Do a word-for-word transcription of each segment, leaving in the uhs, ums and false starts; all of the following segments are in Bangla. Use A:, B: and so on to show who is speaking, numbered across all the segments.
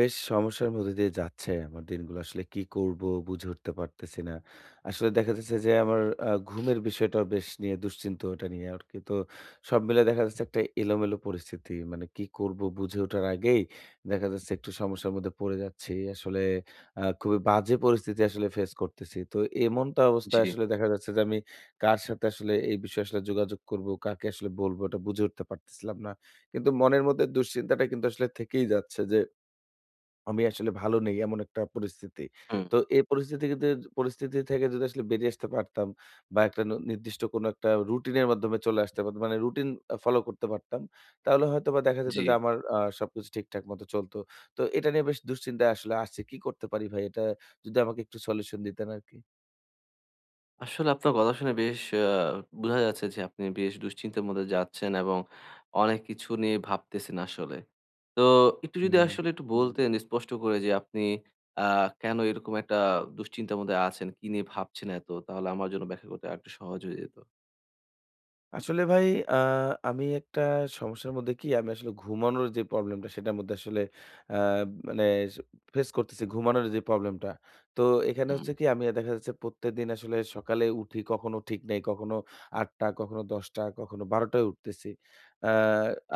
A: বেশ সমস্যার মধ্যে দিয়ে যাচ্ছে আমার দিনগুলো। আসলে কি করব বুঝে উঠতে পারতেছি না। আসলে দেখা যাচ্ছে যে আমার আ ঘুমের বিষয়টাও বেশ নিয়ে দুশ্চিন্ত ওটা নিয়ে আরকি। তো সব মিলে দেখা যাচ্ছে একটা এলোমেলো পরিস্থিতি। মানে কি করব বুঝে ওঠার আগেই দেখা যাচ্ছে একটু সমস্যার মধ্যে পড়ে যাচ্ছি। আসলে আ খুবই বাজে পরিস্থিতি আসলে ফেস করতেছি। তো এমনটা
B: জি,
A: অবস্থায় আসলে দেখা যাচ্ছে যে আমি কার সাথে আসলে এই বিষয়ে আসলে যোগাযোগ করব, কাকে আসলে বলব এটা বুঝে উঠতে পারতেছিলাম না। কিন্তু মনের মধ্যে দুশ্চিন্তাটা কিন্তু আসলে থেকেই যাচ্ছে যে আমি আসলে ভালো নেই এমন একটা পরিস্থিতি।
B: হুম,
A: তো এই পরিস্থিতি কিন্তু পরিস্থিতি থেকে যদি আসলে বেরিয়ে আসতে পারতাম বা একটা ন নির্দিষ্ট কোনো একটা রুটিনের মাধ্যমে চলে আসতে পারতাম। মানে রুটিন আ ফলো করতে পারতাম। তাহলে হয়তোবা দেখা যেত
B: জি।
A: যে আমার আ সবকিছু ঠিকঠাক মতো চলত। তো এটা নিয়ে বেশ দুশ্চিন্তায় আসলে আসছি। কি করতে পারি ভাই? এটা যদি আমাকে একটু সলিউশন দিতেন আরকি।
B: আসলে আপনার কথা শুনে বেশ আ বোঝা যাচ্ছে যে আপনি বেশ দুশ্চিন্তার মধ্যে যাচ্ছেন এবং অনেক কিছু নিয়ে ভাবতেছেন আসলে। তো একটু যদি
A: হুম।
B: আসলে একটু বলতেন স্পষ্ট করে যে আপনি আ কেন এরকম একটা দুশ্চিন্তার মধ্যে আছেন? কি নিয়ে ভাবছেন এত? তাহলে আমার জন্য ব্যাখ্যা করতে আরেকটু সহজ হয়ে যেত।
A: আসলে ভাই আ আমি একটা সমস্যার মধ্যে কি আমি আসলে ঘুমানোর যে প্রবলেমটা সেটার মধ্যে আসলে আ মানে ফেস করতেছি ঘুমানোর যে প্রবলেমটা। তো এখানে
B: হুম,
A: হচ্ছে কি আমি দেখা যাচ্ছে প্রত্যেকদিন আসলে সকালে উঠি কখনো ঠিক নেই, কখনো আটটা কখনো দশটা কখনো বারোটা উঠতেছি। আ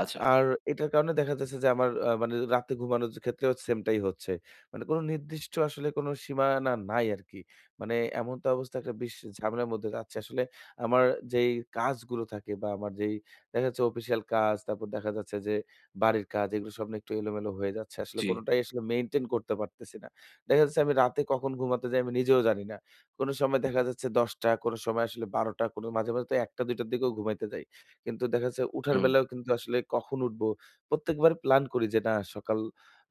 B: আচ্ছা।
A: আর এটার কারণে দেখা যাচ্ছে যে আমার আ মানে রাতে ঘুমানোর ক্ষেত্রেও সেম টাই হচ্ছে। মানে কোনো নির্দিষ্ট আসলে কোনো সীমানা নাই আরকি। মানে এমন তো অবস্থা একটা বেশ ঝামেলার মধ্যে যাচ্ছে আসলে আমার যেই কাজগুলো থাকে বা আমার যেই দেখা যাচ্ছে অফিসিয়াল কাজ, তারপর দেখা যাচ্ছে যে বাড়ির কাজ এগুলো সব না একটু এলোমেলো হয়ে যাচ্ছে। আসলে
B: জি,
A: কোনটাই আসলে মেইনটেইন করতে পারতেছি না। দেখা যাচ্ছে আমি রাতে কখন ঘুমাতে যাই আমি নিজেও জানি না। কোন সময় দেখা যাচ্ছে দশটা, কোন সময় আসলে বারোটা, কোন মাঝে, মাঝে তো একটা দুইটার দিকেও ঘুমাইতে যাই। কিন্তু দেখা যাচ্ছে উঠার
B: হুম,
A: বেলাও কিন্তু আসলে কখন উঠবো? প্রত্যেকবার প্ল্যান করি যে না সকাল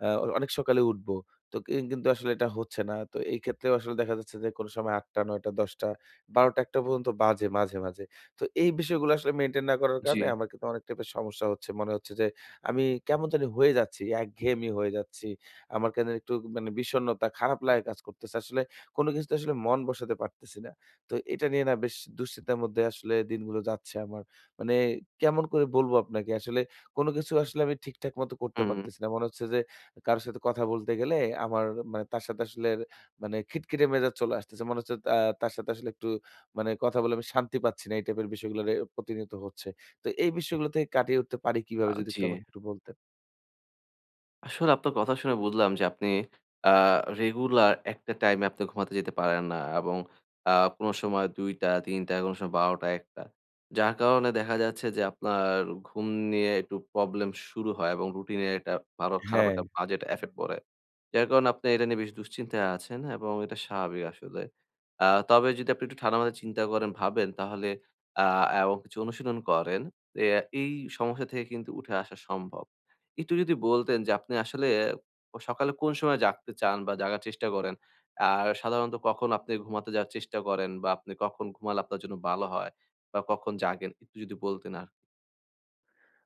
A: আ অনেক সকালে উঠবো। তো কি কিন্তু আসলে এটা হচ্ছে না। তো এই ক্ষেত্রেও আসলে দেখা যাচ্ছে যে কোন সময় আটটা, নয়টা, দশটা বারোটা একটা পর্যন্ত বাজে মাঝে, মাঝে। তো এই বিষয়গুলো আসলে মেইনটেইন না করার
B: জি,
A: কারণে আমার কিন্তু অনেক টাইপের সমস্যা হচ্ছে। মনে হচ্ছে যে আমি কেমন জানি হয়ে যাচ্ছি, একঘেয়েমি হয়ে যাচ্ছি। আমার কেন একটু মানে বিষণ্ণতা, খারাপ লাগা কাজ করতেছে। আসলে কোনো কিছুতে আসলে মন বসাতে পারতেছি না। তো এটা নিয়ে না বেশ দুশ্চিন্তার মধ্যে আসলে দিনগুলো যাচ্ছে আমার। মানে কেমন করে বলবো আপনাকে? আসলে কোনো কিছু আসলে আমি ঠিকঠাক মতো করতে
B: হুম,
A: পারতেছি না। মনে হচ্ছে যে কারো সাথে কথা বলতে গেলে আমার মানে তার সাথে আসলে মানে খিটখিটে মেজাজ চলে আসতেছে। মনে হচ্ছে তা তার সাথে আসলে একটু মানে কথা বলে আমি শান্তি পাচ্ছি না। এই টাইপের বিষয়গুলো রে প্রতিনিয়ত হচ্ছে। তো এই বিষয়গুলো থেকে কাটিয়ে উঠতে পারি
B: আ
A: কিভাবে যদি একটু
B: জি।
A: আমাকে একটু বলতেন?
B: আসলে আপনার কথা শুনে বুঝলাম যে আপনি আ রেগুলার একটা টাইমে আপনি ঘুমাতে যেতে পারেন না এবং আ কোনো সময় দুইটা, তিনটা, কোনো সময় বারোটা, একটা। যার কারণে দেখা যাচ্ছে যে আপনার ঘুম নিয়ে একটু প্রবলেম শুরু হয় এবং রুটিনে এটা ভালো খারাপ
A: হ্যাঁ।
B: একটা বাজে একটা এফেক্ট পড়ে। যার কারণে আপনি এটা নিয়ে বেশ দুশ্চিন্তায় আছেন এবং এটা স্বাভাবিক আসলে। আ তবে যদি আপনি একটু ঠান্ডা মাথায় চিন্তা করেন, ভাবেন তাহলে আ এবং কিছু অনুশীলন করেন, এ এই সমস্যা থেকে কিন্তু উঠে আসা সম্ভব। একটু যদি বলতেন যে আপনি আসলে সকালে কোন সময় জাগতে চান বা জাগার চেষ্টা করেন? আর সাধারণত কখন আপনি ঘুমাতে যাওয়ার চেষ্টা করেন বা আপনি কখন ঘুমালে আপনার জন্য ভালো হয় বা কখন জাগেন? একটু যদি বলতেন আর কি।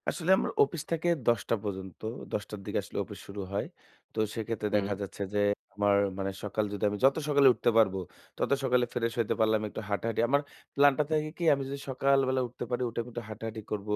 A: আসলে আমার অফিস থাকে দশটা পর্যন্ত। দশটার দিকে আসলে অফিস শুরু হয়। তো সেক্ষেত্রে
B: হুম,
A: দেখা যাচ্ছে যে আমার মানে সকাল যদি আমি যত সকালে উঠতে পারবো, তত সকালে ফ্রেশ হইতে পারলাম, একটু হাঁটাহাঁটি। আমার প্ল্যানটা থাকে কি আমি যদি সকালবেলা উঠতে পারি, উঠে আমি একটু হাঁটাহাঁটি করবো,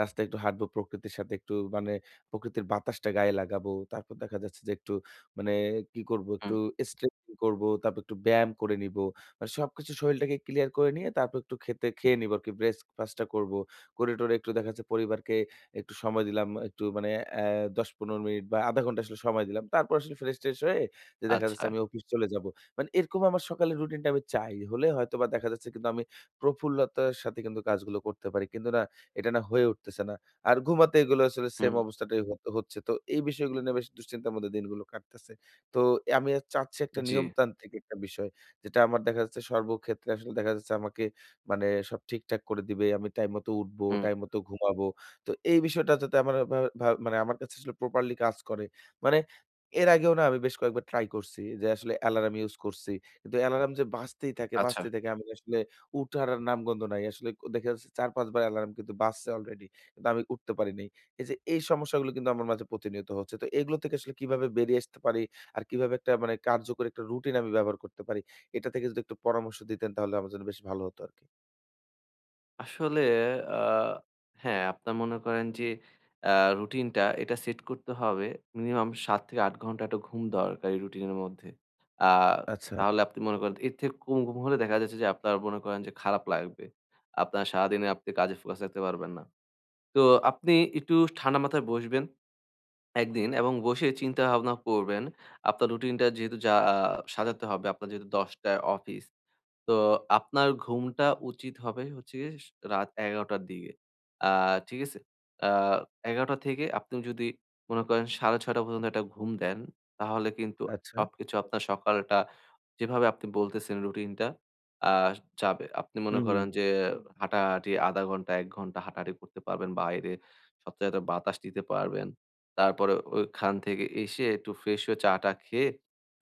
A: রাস্তায় একটু হাঁটবো, প্রকৃতির সাথে একটু মানে প্রকৃতির বাতাসটা গায়ে লাগাবো। তারপর দেখা যাচ্ছে যে একটু মানে কি করবো, একটু
B: হুম।
A: স্ট্রেচিং করবো, তারপর একটু ব্যায়াম করে নিবো। মানে সবকিছু শরীরটাকে ক্লিয়ার করে নিয়ে তারপর একটু খেতে খেয়ে নিবো আরকি। ব্রেকফাস্ট টা করবো। করে-টরে একটু দেখা যাচ্ছে পরিবারকে একটু সময় দিলাম, একটু মানে অ্যা দশ থেকে পনেরো মিনিট বা শূন্য দশমিক পাঁচ ঘন্টা আসলে সময় দিলাম। তারপর আসলে ফ্রেশ-ট্রেশ হয়ে যে দেখা যাচ্ছে
B: আচ্ছা।
A: আমি অফিস চলে যাবো। মানে এরকম আমার সকালের রুটিনটা আমি চাই। হলে হয়তোবা দেখা যাচ্ছে কিন্তু আমি প্রফুল্লতার সাথে কিন্তু কাজগুলো করতে পারি। কিন্তু না, এটা না হয়ে উঠতেছে না। আর ঘুমাতে এগুলো আসলে সেম
B: হুম,
A: অবস্থাটাই হত হচ্ছে। তো এই বিষয়গুলো নিয়ে বেশ দুশ্চিন্তার মধ্যে দিনগুলো কাটতেছে। তো আমি আর চাচ্ছি একটা
B: জি,
A: নিয়মতান্ত্রিক একটা বিষয়। যেটা আমার দেখা যাচ্ছে সর্বক্ষেত্রে আসলে দেখা যাচ্ছে আমাকে মানে সব ঠিকঠাক করে দিবে। আমি টাইম মতো উঠবো,
B: হুম,
A: টাইম মতো ঘুমাবো। তো এই বিষয়টা যাতে আমার ভা ভা মানে আমার কাছে আসলে প্রপারলি কাজ করে। মানে এর আগেও না আমি বেশ কয়েকবার ট্রাই করছি যে আসলে অ্যালার্ম ইউজ করছি। কিন্তু অ্যালার্ম যে বাজতেই থাকে,
B: আচ্ছা।
A: বাজতেই থাকে আমি আসলে উঠার আর নামগন্ধ নাই। আসলে দেখা যাচ্ছে চার পাঁচ বার অ্যালার্ম কিন্তু বাজছে অলরেডি। কিন্তু আমি উঠতে পারি নাই। এই যে এই সমস্যাগুলো কিন্তু আমার মাঝে প্রতিনিয়ত হচ্ছে। তো এগুলো থেকে আসলে কিভাবে বেরিয়ে আসতে পারি? আর কিভাবে একটা মানে কার্যকর একটা রুটিন আমি ব্যবহার করতে পারি? এটা থেকে যদি একটু পরামর্শ দিতেন তাহলে আমার জন্য বেশ ভালো হতো আরকি।
B: আসলে আ হ্যাঁ, আপনার মনে করেন যে আ রুটিনটা এটা সেট করতে হবে। মিনিমাম সাত থেকে আট ঘন্টা একটা ঘুম দরকার এই রুটিনের মধ্যে। আ
A: আচ্ছা,
B: তাহলে আপনি মনে করেন এর থেকে কম ঘুম হলে দেখা যাচ্ছে যে আপনার মনে করেন যে খারাপ লাগবে। আপনার সারাদিনে আপনি কাজে ফোকাস রাখতে পারবেন না। তো আপনি একটু ঠান্ডা মাথায় বসবেন একদিন এবং বসে চিন্তা ভাবনা করবেন। আপনার রুটিনটা যেহেতু যা আ সাজাতে হবে আপনার যেহেতু দশ টায় অফিস। তো আপনার ঘুমটা উচিত হবে হচ্ছে গিয়ে স রাত এগারোটা র দিকে। আ ঠিক আছে? আ এগারোটা থেকে আপনি যদি মনে করেন সাড়ে ছয়টা পর্যন্ত একটা ঘুম দেন, তাহলে কিন্তু
A: আচ্ছা।
B: সবকিছু আপনার সকালটা যেভাবে আপনি বলতেছেন রুটিনটা আ যাবে। আপনি মনে
A: হুম, হুম।
B: করেন যে হাঁটাহাঁটি আধা ঘন্টা এক ঘন্টা হাঁটাহাঁটি করতে পারবেন বাইরে। সতেজ একটা বাতাস নিতে পারবেন। তারপরে ওইখান থেকে এসে একটু ফ্রেশ হয়ে চা-টা খেয়ে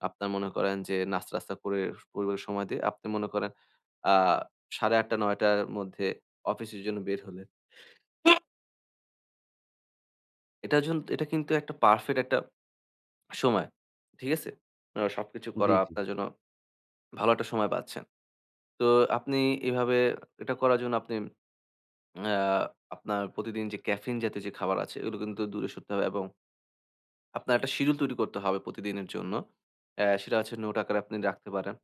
B: আপনার মনে করেন যে নাস্তা-টাস্তা করে পরিবারের সময় দিয়ে আপনি মনে করেন আ সাড়ে আটটা নয়টা র মধ্যে অফিসের জন্য বের হলেন। এটার জন্য এটা কিন্তু একটা পারফেক্ট একটা সময়। ঠিক আছে? আ সবকিছু
A: জি,
B: করা
A: জি।
B: আপনার জন্য ভালো একটা সময় পাচ্ছেন। তো আপনি এভাবে এটা করার জন্য আপনি আ আপনার প্রতিদিন যে ক্যাফেইন জাতীয় যে খাবার আছে এগুলো কিন্তু দূরে সরতে হবে এবং আপনার একটা শিডিউল তৈরি করতে হবে প্রতিদিনের জন্য। অ্যা সেটা হচ্ছে নোট আকারে আপনি রাখতে পারেন।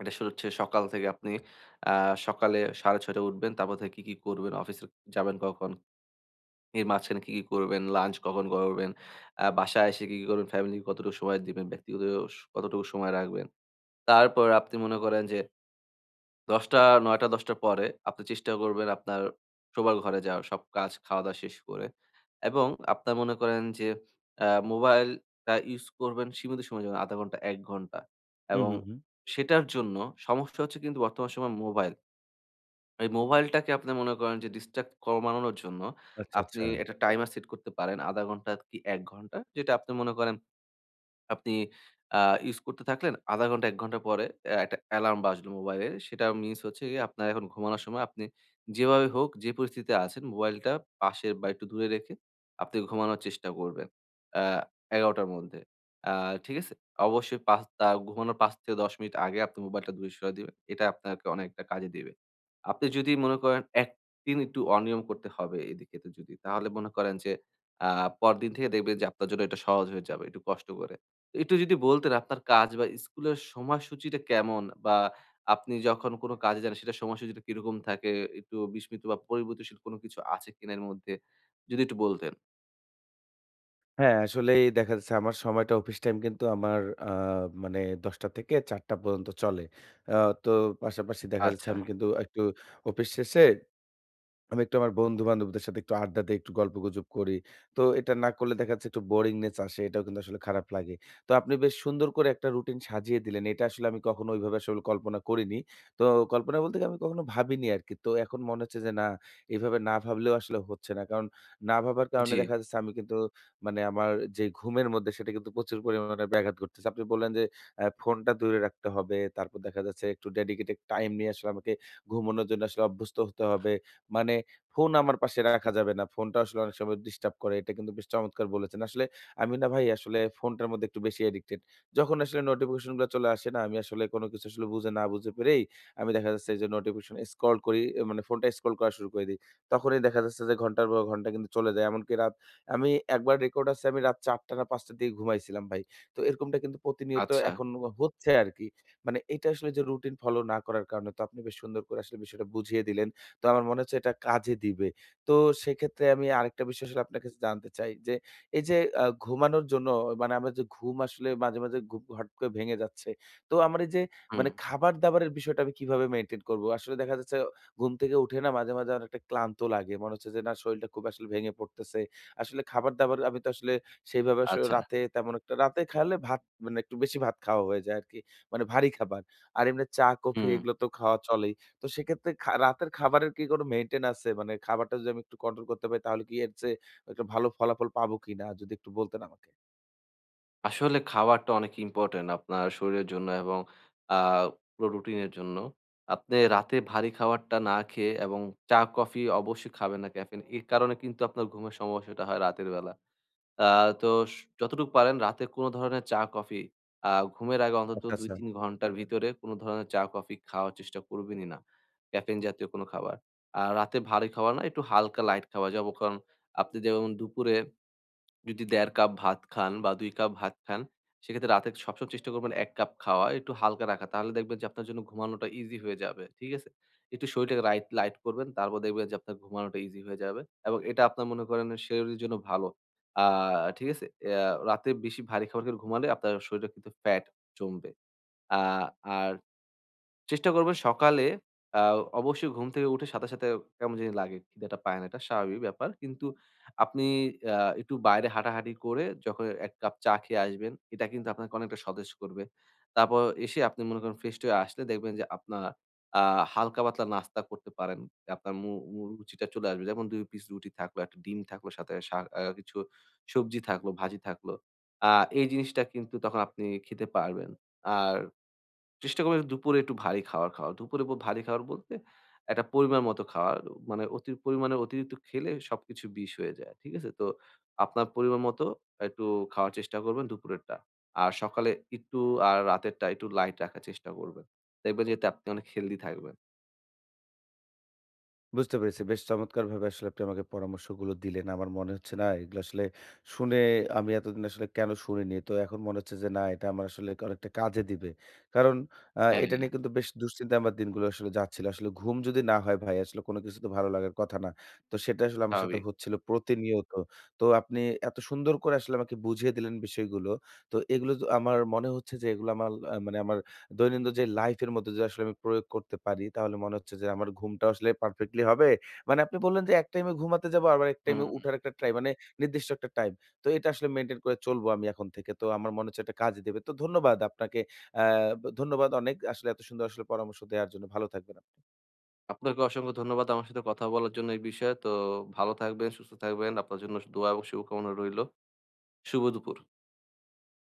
B: এটা শুরু হচ্ছে সকাল থেকে আপনি আ সকালে সাড়ে ছয়টা টায় উঠবেন। তারপর থেকে কি, কি করবেন? অফিসে যাবেন কখন? এর মাঝখানে কি, কি করবেন? লাঞ্চ কখন করবেন? আ বাসায় এসে কি, কি করবেন? ফ্যামিলিকে কতটুকু সময় দিবেন? ব্যক্তিগত স কতটুকু সময় রাখবেন? তারপর আপনি মনে করেন যে দশটা নয়টা থেকে দশটা র পরে আপনি চেষ্টা করবেন আপনার শোবার ঘরে যাওয়ার, সব কাজ খাওয়া-দাওয়া শেষ করে এবং আপনার মনে করেন যে আ মোবাইলটা ইউজ করবেন সীমিত সময়ের জন্য আধা ঘন্টা, এক ঘন্টা
A: হুম,
B: এবং
A: হুম, হুম।
B: সেটার জন্য সমস্যা হচ্ছে কিন্তু বর্তমান সময় মোবাইল। এই মোবাইলটাকে আপনি মনে করেন যে ডিস্ট্রাক্ট কমানোর জন্য
A: আচ্ছা,
B: আপনি
A: আচ্ছা।
B: একটা টাইমার সেট করতে পারেন আধা ঘন্টা কি এক ঘন্টা। যেটা আপনি মনে করেন আপনি আ ইউস করতে থাকলেন। আধা ঘন্টা এক ঘন্টা পরে অ্যা একটা অ্যালার্ম বাজলো মোবাইলের। সেটা মিনস হচ্ছে গিয়ে আপনার এখন ঘুমানোর সময় আপনি যেভাবে হোক, যে পরিস্থিতিতে আছেন মোবাইলটা পাশে বা একটু দূরে রেখে আপনি ঘুমানোর চেষ্টা করবেন। আ এগারোটা র মধ্যে। আ ঠিক আছে? অবশ্যই পাঁচ আ ঘুমানোর পাঁচ থেকে দশ মিনিট আগে আপনি মোবাইলটা দূরে সরিয়ে দিবেন। এটা আপনাকে অনেকটা কাজে দিবে। আপনি যদি মনে করেন একদিন একটু অনিয়ম করতে হবে এদিকে তো যদি, তাহলে মনে করেন যে আ পরদিন থেকে দেখবেন যে আপনার জন্য এটা সহজ হয়ে যাবে একটু কষ্ট করে। একটু যদি বলতেন আপনার কাজ বা স্কুলের সময়সূচিটা কেমন? বা আপনি যখন কোন কাজে যান সেটার সময়সূচিটা কিরকম থাকে? একটু বিস্মিত বা পরিবর্তনশীল কোন কিছু আছে কিনা এর মধ্যে? যদি একটু বলতেন।
A: হ্যাঁ, আসলেই দেখা যাচ্ছে আমার সময়টা অফিস টাইম কিন্তু আমার আ মানে দশটা থেকে চারটা পর্যন্ত চলে। আ তো পাশাপাশি দেখা যাচ্ছে
B: আচ্ছা,
A: আমি কিন্তু একটু অফিস শেষে আমি একটু আমার বন্ধু-বান্ধবদের সাথে একটু আড্ডা দেই, একটু গল্পগুজব করি। তো এটা না করলে দেখা যাচ্ছে একটু বোরিংনেস আসে। এটাও কিন্তু আসলে খারাপ লাগে। তো আপনি বেশ সুন্দর করে একটা রুটিন সাজিয়ে দিলেন। এটা আসলে আমি কখনো ওইভাবে আসলে কল্পনা করিনি। তো কল্পনা বলতে কি আমি কখনো ভাবিনি আরকি। তো এখন মনে হচ্ছে যে না, এভাবে না ভাবলেও আসলে হচ্ছে না। কারণ না ভাবার কারণে
B: জি,
A: দেখা যাচ্ছে আমি কিন্তু মানে আমার যে ঘুমের মধ্যে সেটা কিন্তু প্রচুর পরিমাণে ব্যাঘাত ঘটতেছে। আপনি বললেন যে আ ফোনটা দূরে রাখতে হবে। তারপর দেখা যাচ্ছে একটু ডেডিকেটেড টাইম নিয়ে আসলে আমাকে ঘুমানোর জন্য আসলে অভ্যস্ত হতে হবে। মানে ফোন আমার পাশে রাখা যাবে না। ফোনটা আসলে অনেক সময় ডিস্টার্ব করে। এটা কিন্তু বেশ চমৎকার বলেছেন। আসলে আমি না ভাই আসলে ফোনটার মধ্যে একটু বেশি অ্যাডিক্টেড। যখন আসলে নোটিফিকেশন গুলো চলে আসে না, আমি আসলে কোনো কিছু আসলে বুঝে না বুঝে পেরেই আমি দেখা যাচ্ছে যে নোটিফিকেশন স্ক্রল করি এ মানে ফোনটা স্ক্রল করা শুরু করে দেই। তখনই দেখা যাচ্ছে যে ঘন্টার পর ঘন্টা কিন্তু চলে যায়। এমনকি রাত আমি একবার রেকর্ড আছে আমি রাত চারটা না পাঁচটা র দিকে ঘুমাইছিলাম ভাই। তো এরকমটা কিন্তু প্রতিনিয়ত
B: আচ্ছা,
A: এখন হচ্ছে আরকি। মানে এটা আসলে যে রুটিন ফলো না করার কারণে তো আপনি বেশ সুন্দর করে আসলে বিষয়টা বুঝিয়ে দিলেন। তো আমার মনে হচ্ছে এটা কাজে দিবে। তো সেক্ষেত্রে আমি আরেকটা বিষয় আসলে আপনার কাছে জানতে চাই যে, এই যে আ ঘুমানোর জন্য মানে আমার যে ঘুম আসলে মাঝে, মাঝে ঘুম হট করে ভেঙে যাচ্ছে। তো আমার এই যে
B: হুম,
A: মানে খাবার-দাবারের বিষয়টা আমি কিভাবে মেইনটেইন করব? আসলে দেখা যাচ্ছে ঘুম থেকে উঠে না মাঝে, মাঝে অনেকটা ক্লান্ত লাগে। মনে হচ্ছে যে না শরীরটা খুব আসলে ভেঙে পড়তেছে। আসলে খাবার-দাবার আমি তো আসলে সেইভাবে আসলে
B: আচ্ছা,
A: রাতে তেমন একটা রাতে খাওয়ালে ভাত মানে একটু বেশি ভাত খাওয়া হয়ে যায় আরকি। মানে ভারী খাবার। আর এমনি চা, কফি
B: হুম।
A: এগুলো তো খাওয়া চলেই। তো সেক্ষেত্রে খা রাতের খাবারের কি কোনো মেইনটেইন আছে? মানে খাবারটা যদি আমি একটু কন্ট্রোল করতে পারি তাহলে কি এর চেয়ে একটা ভালো ফলাফল পাবো কিনা? যদি একটু বলতেন আমাকে।
B: আসলে খাবারটা অনেক ইম্পোর্টেন্ট আপনার শরীরের জন্য এবং আ পুরো রুটিনের জন্য। আপনি রাতে ভারী খাবারটা না খেয়ে এবং চা, কফি অবশ্যই খাবেন না ক্যাফেইন। এর কারণে কিন্তু আপনার ঘুমের সমস্যাটা হয় রাতের বেলা। আ তো স যতটুকু পারেন রাতে কোনো ধরনের চা, কফি আ ঘুমের আগে অন্তত
A: আচ্ছা, আচ্ছা।
B: দুই থেকে তিন ঘন্টার ভিতরে কোনো ধরনের চা, কফি খাওয়ার চেষ্টা করবেনই না। ক্যাফেইন জাতীয় কোনো খাবার। আর রাতে ভারী খাবার না, একটু হালকা লাইট খাবার যেমন কারণ আপনি যেমন দুপুরে যদি দেড় কাপ ভাত খান বা দুই কাপ ভাত খান, সেক্ষেত্রে রাতে সবসময় চেষ্টা করবেন এক কাপ খাওয়া, একটু হালকা রাখা। তাহলে দেখবেন যে আপনার জন্য ঘুমানোটা ইজি হয়ে যাবে। ঠিক আছে? একটু শরীরটাকে রাইট লাইট করবেন। তারপর দেখবেন যে আপনার ঘুমানোটা ইজি হয়ে যাবে এবং এটা আপনার মনে করেন শরীরের জন্য ভালো। আ ঠিক আছে? অ্যা রাতে বেশি ভারী খাবার খেলে ঘুমালে আপনার শরীরে কিন্তু ফ্যাট জমবে। আ আর চেষ্টা করবেন সকালে আ অবশ্যই ঘুম থেকে উঠে সাথে, সাথে কেমন জানি লাগে। খিদেটা পায় না। এটা স্বাভাবিক ব্যাপার। কিন্তু আপনি আ একটু বাইরে হাঁটাহাঁটি করে যখন এক কাপ চা খেয়ে আসবেন, এটা কিন্তু আপনাকে অনেকটা সতেজ করবে। তারপর এসে আপনি মনে করেন ফ্রেশ হয়ে আসলে দেখবেন যে আপনার আ হালকা-পাতলা নাস্তা করতে পারেন। আপনার মু মু রুচিটা চলে আসবে। যেমন দুই পিস রুটি থাকলো, এক টা ডিম থাকলো, সাথে শাক আ কিছু সবজি থাকলো, ভাজি থাকলো। আ এই জিনিসটা কিন্তু তখন আপনি খেতে পারবেন। আর চেষ্টা করবেন দুপুরে একটু ভারী খাবার খাওয়ার। দুপুরে ব ভারী খাবার বলতে একটা পরিমাণ মতো খাওয়ার। মানে অতি পরিমাণে অতিরিক্ত খেলে সবকিছু বিষ হয়ে যায়। ঠিক আছে? তো আপনার পরিমাণ মতো একটু খাওয়ার চেষ্টা করবেন দুপুরেরটা। আর সকালে একটু আর রাতেরটা একটু লাইট রাখার চেষ্টা করবেন। দেখবেন যে এতে আপনি অনেক হেলদি থাকবেন।
A: বুঝতে পেরেছি। বেশ চমৎকারভাবে আসলে আপনি আমাকে পরামর্শগুলো দিলেন। আমার মনে হচ্ছে না এগুলো আসলে শুনে আমি এতদিন আসলে কেন শুনিনি। তো এখন মনে হচ্ছে যে না এটা আমার আসলে অনেকটা কাজে দিবে। কারণ আ
B: হ্যাঁ,
A: এটা
B: হ্যাঁ,
A: নিয়ে কিন্তু বেশ দুশ্চিন্তায় আমার দিনগুলো আসলে যাচ্ছিল। আসলে ঘুম যদি না হয় ভাই আসলে কোনো কিছু তো ভালো লাগার কথা না। তো সেটা আসলে আমার সাথে
B: স্বাভাবিক।
A: হচ্ছিল প্রতিনিয়ত। তো আপনি এত সুন্দর করে আসলে আমাকে বুঝিয়ে দিলেন বিষয়গুলো। তো এগুলো য আমার মনে হচ্ছে যে এগুলো আমার আ মানে আমার দৈনন্দিন যে লাইফের মধ্যে যদি আসলে আমি প্রয়োগ করতে পারি, তাহলে মনে হচ্ছে যে আমার ঘুমটা আসলে পারফেক্টলি হবে। মানে আপনি বললেন যে এক টাইমে ঘুমাতে যাবো, আবার এক টাইমে
B: হুম।
A: উঠার একটা টাইম মানে নির্দিষ্ট একটা টাইম। তো এটা আসলে মেইনটেইন করে চলবো আমি এখন থেকে। তো আমার মনে হচ্ছে এটা কাজে দেবে। তো ধন্যবাদ আপনাকে। আ ধন্যবাদ অনেক আসলে এত সুন্দর আসলে পরামর্শ দেওয়ার জন্য। ভালো থাকবেন আপনি।
B: আপনাকে অসংখ্য ধন্যবাদ আমার সাথে কথা বলার জন্য এই বিষয়ে। তো ভালো থাকবেন, সুস্থ থাকবেন। আপনার জন্য স দোয়া এবং শুভকামনা রইলো। শুভ দুপুর।